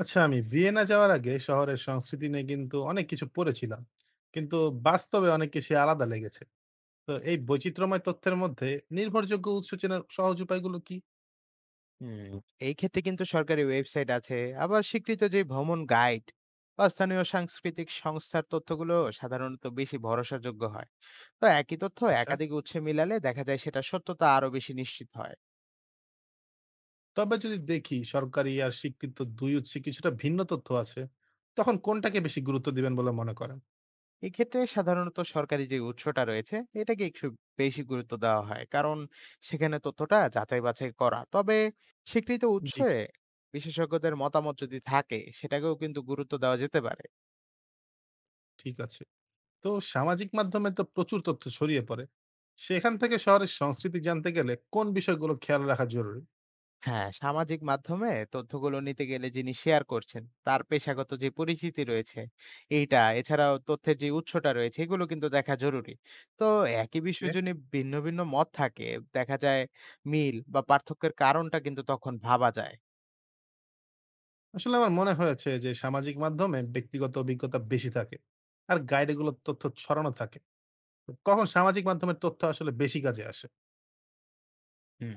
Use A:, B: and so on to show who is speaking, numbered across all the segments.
A: আচ্ছা, আমি ভিয়েনা যাওয়ার আগে শহরের সংস্কৃতি নিয়ে কিন্তু অনেক কিছু পড়েছিলাম। কিন্তু বাস্তবে অনেক কিছুই আলাদা লেগেছে। তো এই বৈচিত্র্যময় তথ্যের মধ্যে নির্ভরযোগ্য উৎস চেনার সহজ উপায়গুলো কি?
B: হুম, এই ক্ষেত্রে কিন্তু সরকারি ওয়েবসাইট আছে, আবার স্বীকৃত যে ভ্রমণ গাইড বা স্থানীয় সাংস্কৃতিক সংস্থার তথ্যগুলো সাধারণত বেশি ভরসাযোগ্য হয়। তো একই তথ্য
A: আচ্ছা।
B: একাধিক উৎসে মিলালে দেখা যায় সেটা সত্যতা আরো বেশি নিশ্চিত হয়।
A: তবে যদি দেখি সরকারি আর স্বীকৃত ২ উৎসে কিছুটা ভিন্ন তথ্য আছে, তখন কোনটাকে বেশি গুরুত্ব দিবেন বলে মনে করেন?
B: এক্ষেত্রে সাধারণত সরকারি যে উৎসটা রয়েছে এটাকে একটু বেশি গুরুত্ব দেওয়া হয়, কারণ সেখানে তথ্যটা যাচাই বাছাই করা। তবে স্বীকৃত
A: জি,
B: উৎসে বিশেষজ্ঞদের মতামত যদি থাকে সেটাকেও কিন্তু গুরুত্ব দেওয়া যেতে পারে।
A: ঠিক আছে। তো সামাজিক মাধ্যমে তো প্রচুর তথ্য ছড়িয়ে পড়ে। সেখান থেকে শহরের সংস্কৃতি জানতে গেলে কোন বিষয়গুলো খেয়াল রাখা জরুরি?
B: হ্যাঁ, সামাজিক মাধ্যমে তথ্যগুলো নিতে গেলে যিনি শেয়ার করছেন তার পেশাগত যে পরিচিতি রয়েছে এইটা, এছাড়াও তথ্যের যে উৎসটা রয়েছে এগুলো কিন্তু দেখা জরুরি। তো একই বিষয় যদি ভিন্ন মত থাকে, দেখা যায় মিল বা পার্থক্যের কারণটা কিন্তু তখন ভাবা যায়।
A: আসলে আমার মনে হয়েছে যে সামাজিক মাধ্যমে ব্যক্তিগত অভিজ্ঞতা বেশি থাকে, আর গাইডে গুলোর তথ্য ছড়ানো থাকে। তো কখন সামাজিক মাধ্যমের তথ্য আসলে বেশি কাজে আসে?
B: হুম।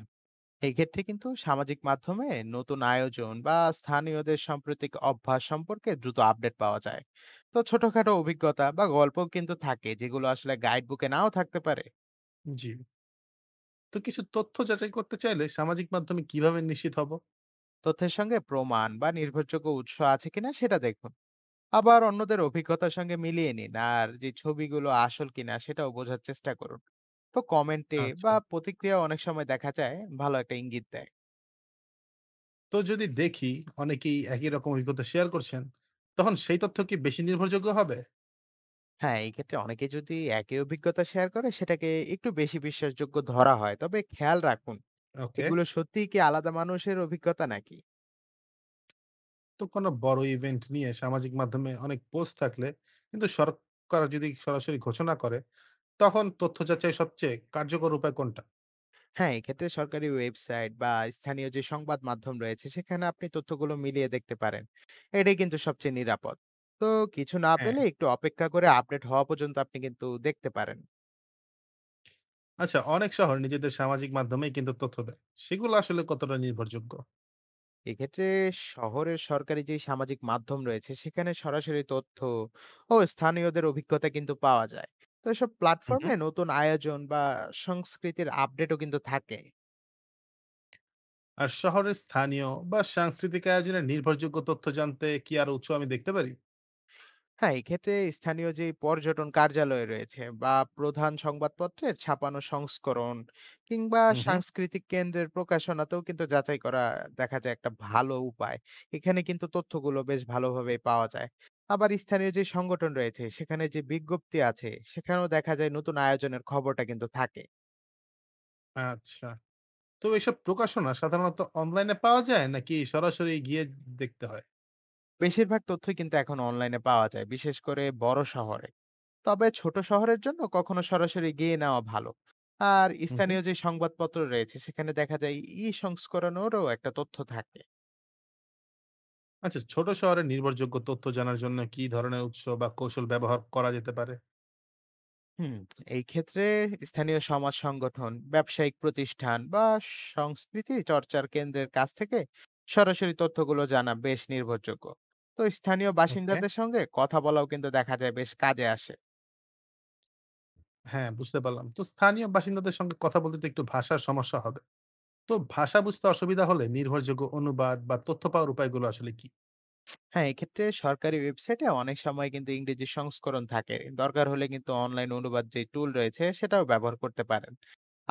B: এই ক্ষেত্রে কিন্তু সামাজিক মাধ্যমে নতুন আয়োজন বা স্থানীয়দের সাম্প্রতিক অভ্যাস সম্পর্কে দ্রুত আপডেট পাওয়া যায়। তো ছোটখাটো অভিজ্ঞতা বা গল্পও কিন্তু থাকে, যেগুলো আসলে গাইড বুকে নাও থাকতে পারে।
A: জি। তো কিছু তথ্য যাচাই করতে চাইলে সামাজিক মাধ্যমে কিভাবে নিশ্চিত হব?
B: তথ্যের সঙ্গে প্রমাণ বা নির্ভরযোগ্য উৎস আছে কিনা সেটা দেখুন, আবার অন্যদের অভিজ্ঞতার সঙ্গে মিলিয়ে নিন, আর যে ছবিগুলো আসল কিনা সেটাও বোঝার চেষ্টা করুন। তো কমেন্টে বা
A: আচ্ছা,
B: প্রতিক্রিয়া অনেক সময় দেখা যায় ভালো একটা ইঙ্গিত দেয়।
A: তো যদি দেখি অনেকেই একই রকম অভিজ্ঞতা শেয়ার করছেন, তখন সেই তথ্য কি বেশি নির্ভরযোগ্য হবে?
B: হ্যাঁ, এই ক্ষেত্রে অনেকে যদি একই অভিজ্ঞতা শেয়ার করে সেটাকে একটু বেশি বিশ্বাসযোগ্য ধরা হয়। তবে খেয়াল রাখুন,
A: ওকে।
B: এগুলো সত্যিই কি আলাদা মানুষের অভিজ্ঞতা নাকি।
A: তো কোনো বড় ইভেন্ট নিয়ে সামাজিক মাধ্যমে অনেক পোস্ট থাকলে, কিন্তু সরকার যদি সরাসরি ঘোষণা করে, তখন তথ্য যাচাই সবচেয়ে কার্যকর উপায় কোনটা?
B: হ্যাঁ, এক্ষেত্রে সরকারি ওয়েবসাইট বা স্থানীয় যে সংবাদ মাধ্যম রয়েছে সেখানে আপনি তথ্যগুলো মিলিয়ে দেখতে পারেন। এটাই কিন্তু সবচেয়ে নিরাপদ। তো কিছু না
A: হ্যাঁ।
B: পেলে একটু অপেক্ষা করে আপডেট হওয়া পর্যন্ত আপনি কিন্তু দেখতে পারেন।
A: আচ্ছা, অনেক শহর নিজেদের সামাজিক মাধ্যমেই কিন্তু তথ্য দেয়। সেগুলো আসলে কতটা নির্ভরযোগ্য?
B: এক্ষেত্রে শহরের সরকারি যে সামাজিক মাধ্যম রয়েছে সেখানে সরাসরি তথ্য ও স্থানীয়দের অভিজ্ঞতা কিন্তু পাওয়া যায়। তো এসব
A: হুম, হুম।
B: প্ল্যাটফর্মে নতুন আয়োজন বা সংস্কৃতির আপডেটও কিন্তু থাকে।
A: আর শহরের স্থানীয় বা সাংস্কৃতিক আয়োজনের নির্ভরযোগ্য তথ্য জানতে কি আর উৎস আমি দেখতে পারি?
B: হ্যাঁ, এক্ষেত্রে স্থানীয় যেই পর্যটন কার্যালয় রয়েছে বা প্রধান সংবাদপত্রের ছাপানো সংস্করণ কিংবা
A: হুম, হুম।
B: সাংস্কৃতিক কেন্দ্রের প্রকাশনাতেও কিন্তু যাচাই করা দেখা যায় একটা ভালো উপায়। এখানে কিন্তু তথ্যগুলো বেশ ভালোভাবেই পাওয়া যায়। আবার স্থানীয় যে সংগঠন রয়েছে সেখানে যে বিজ্ঞপ্তি আছে সেখানেও দেখা যায় নতুন আয়োজনের খবরটা কিন্তু থাকে।
A: আচ্ছা। তো এসব প্রকাশনা সাধারণত অনলাইনে পাওয়া যায় নাকি সরাসরি গিয়ে দেখতে হয়?
B: বেশিরভাগ তথ্যই কিন্তু এখন অনলাইনে পাওয়া যায়, বিশেষ করে বড় শহরে। তবে ছোট শহরের জন্য কখনো সরাসরি গিয়ে নেওয়া ভালো। আর
A: হুম, হুম।
B: স্থানীয় যে সংবাদপত্র রয়েছে সেখানে দেখা যায় ই সংস্করণেরও একটা তথ্য থাকে।
A: আচ্ছা, ছোট শহরের নির্ভরযোগ্য তথ্য জানার জন্য কি ধরনের উৎস বা কৌশল ব্যবহার করা যেতে পারে?
B: হুম এই ক্ষেত্রে স্থানীয় সমাজ সংগঠন, ব্যবসায়িক প্রতিষ্ঠান বা সংস্কৃতি চর্চার কেন্দ্রের কাছ থেকে সরাসরি তথ্যগুলো জানা বেশ নির্ভরযোগ্য। তো স্থানীয়
A: ওকে।
B: বাসিন্দাদের সঙ্গে কথা বলাও কিন্তু দেখা যায় বেশ কাজে আসে।
A: হ্যাঁ, বুঝতে পারলাম। তো স্থানীয় বাসিন্দাদের সঙ্গে কথা বলতে তো একটু ভাষার সমস্যা হবে। তো ভাষা বুঝতে অসুবিধা হলে নির্ভরযোগ্য অনুবাদ বা তথ্য পাওয়ার উপায়গুলো আসলে কি?
B: হ্যাঁ, এক্ষেত্রে সরকারি ওয়েবসাইটে অনেক সময় কিন্তু ইংরেজি সংস্করণ থাকে। দরকার হলে কিন্তু অনলাইন অনুবাদ যে টুল রয়েছে সেটাও ব্যবহার করতে পারেন।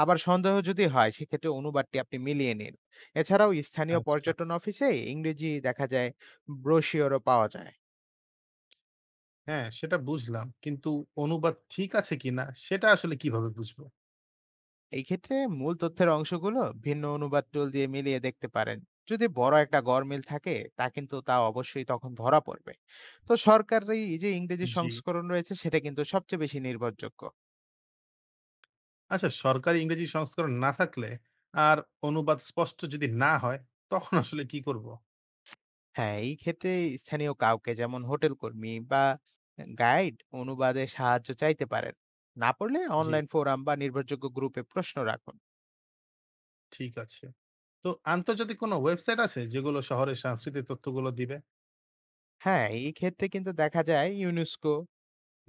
B: আবার সন্দেহ যদি হয় সেক্ষেত্রে অনুবাদটি আপনি মিলিয়ে নিন। এছাড়াও স্থানীয়
A: আচ্ছা।
B: পর্যটন অফিসে ইংরেজি দেখা যায় ব্রোশিওরও পাওয়া যায়।
A: হ্যাঁ, সেটা বুঝলাম। কিন্তু অনুবাদ ঠিক আছে কিনা সেটা আসলে কিভাবে বুঝবো?
B: এই ক্ষেত্রে মূল তথ্যের অংশগুলো ভিন্ন অনুবাদ টুল দিয়ে মিলিয়ে দেখতে পারেন। যদি বড় একটা গরমিল থাকে তা অবশ্যই তখন ধরা পড়বে। তো সরকারি যে ইংরেজি
A: জি।
B: সংস্করণ রয়েছে সেটা কিন্তু সবচেয়ে বেশি নির্ভরযোগ্য।
A: আচ্ছা, সরকারি ইংরেজি সংস্করণ না থাকলে আর অনুবাদ স্পষ্ট যদি না হয়, তখন আসলে কি করব?
B: হ্যাঁ, এই ক্ষেত্রে স্থানীয় কাউকে যেমন হোটেল কর্মী বা গাইড অনুবাদে সাহায্য চাইতে পারেন। না পারলে
A: জি,
B: অনলাইন ফোরাম বা নির্ভরযোগ্য গ্রুপে প্রশ্ন রাখুন।
A: ঠিক আছে। তো আন্তর্জাতিক কোনো ওয়েবসাইট আছে যেগুলো শহরের সাংস্কৃতিক তথ্যগুলো দিবে?
B: হ্যাঁ, এই ক্ষেত্রে কিন্তু দেখা যায় ইউনেস্কো,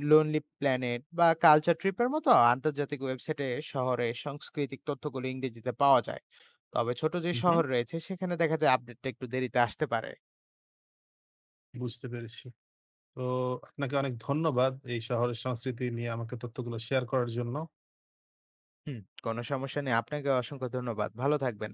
B: লোনলি প্ল্যানেট বা কালচার ট্রিপের মতো আন্তর্জাতিক ওয়েবসাইটে শহরের সাংস্কৃতিক তথ্যগুলো ইংরেজিতে পাওয়া যায়। তবে ছোট যে
A: হু, হু।
B: শহর রয়েছে সেখানে দেখা যায় আপডেটটা একটু দেরিতে আসতে পারে।
A: বুঝতে পেরেছি। তো আপনাকে অনেক ধন্যবাদ এই শহরের সংস্কৃতি নিয়ে আমাকে তথ্যগুলো শেয়ার করার জন্য।
B: হুম, কোনো সমস্যা নেই। আপনাকে অসংখ্য ধন্যবাদ। ভালো থাকবেন।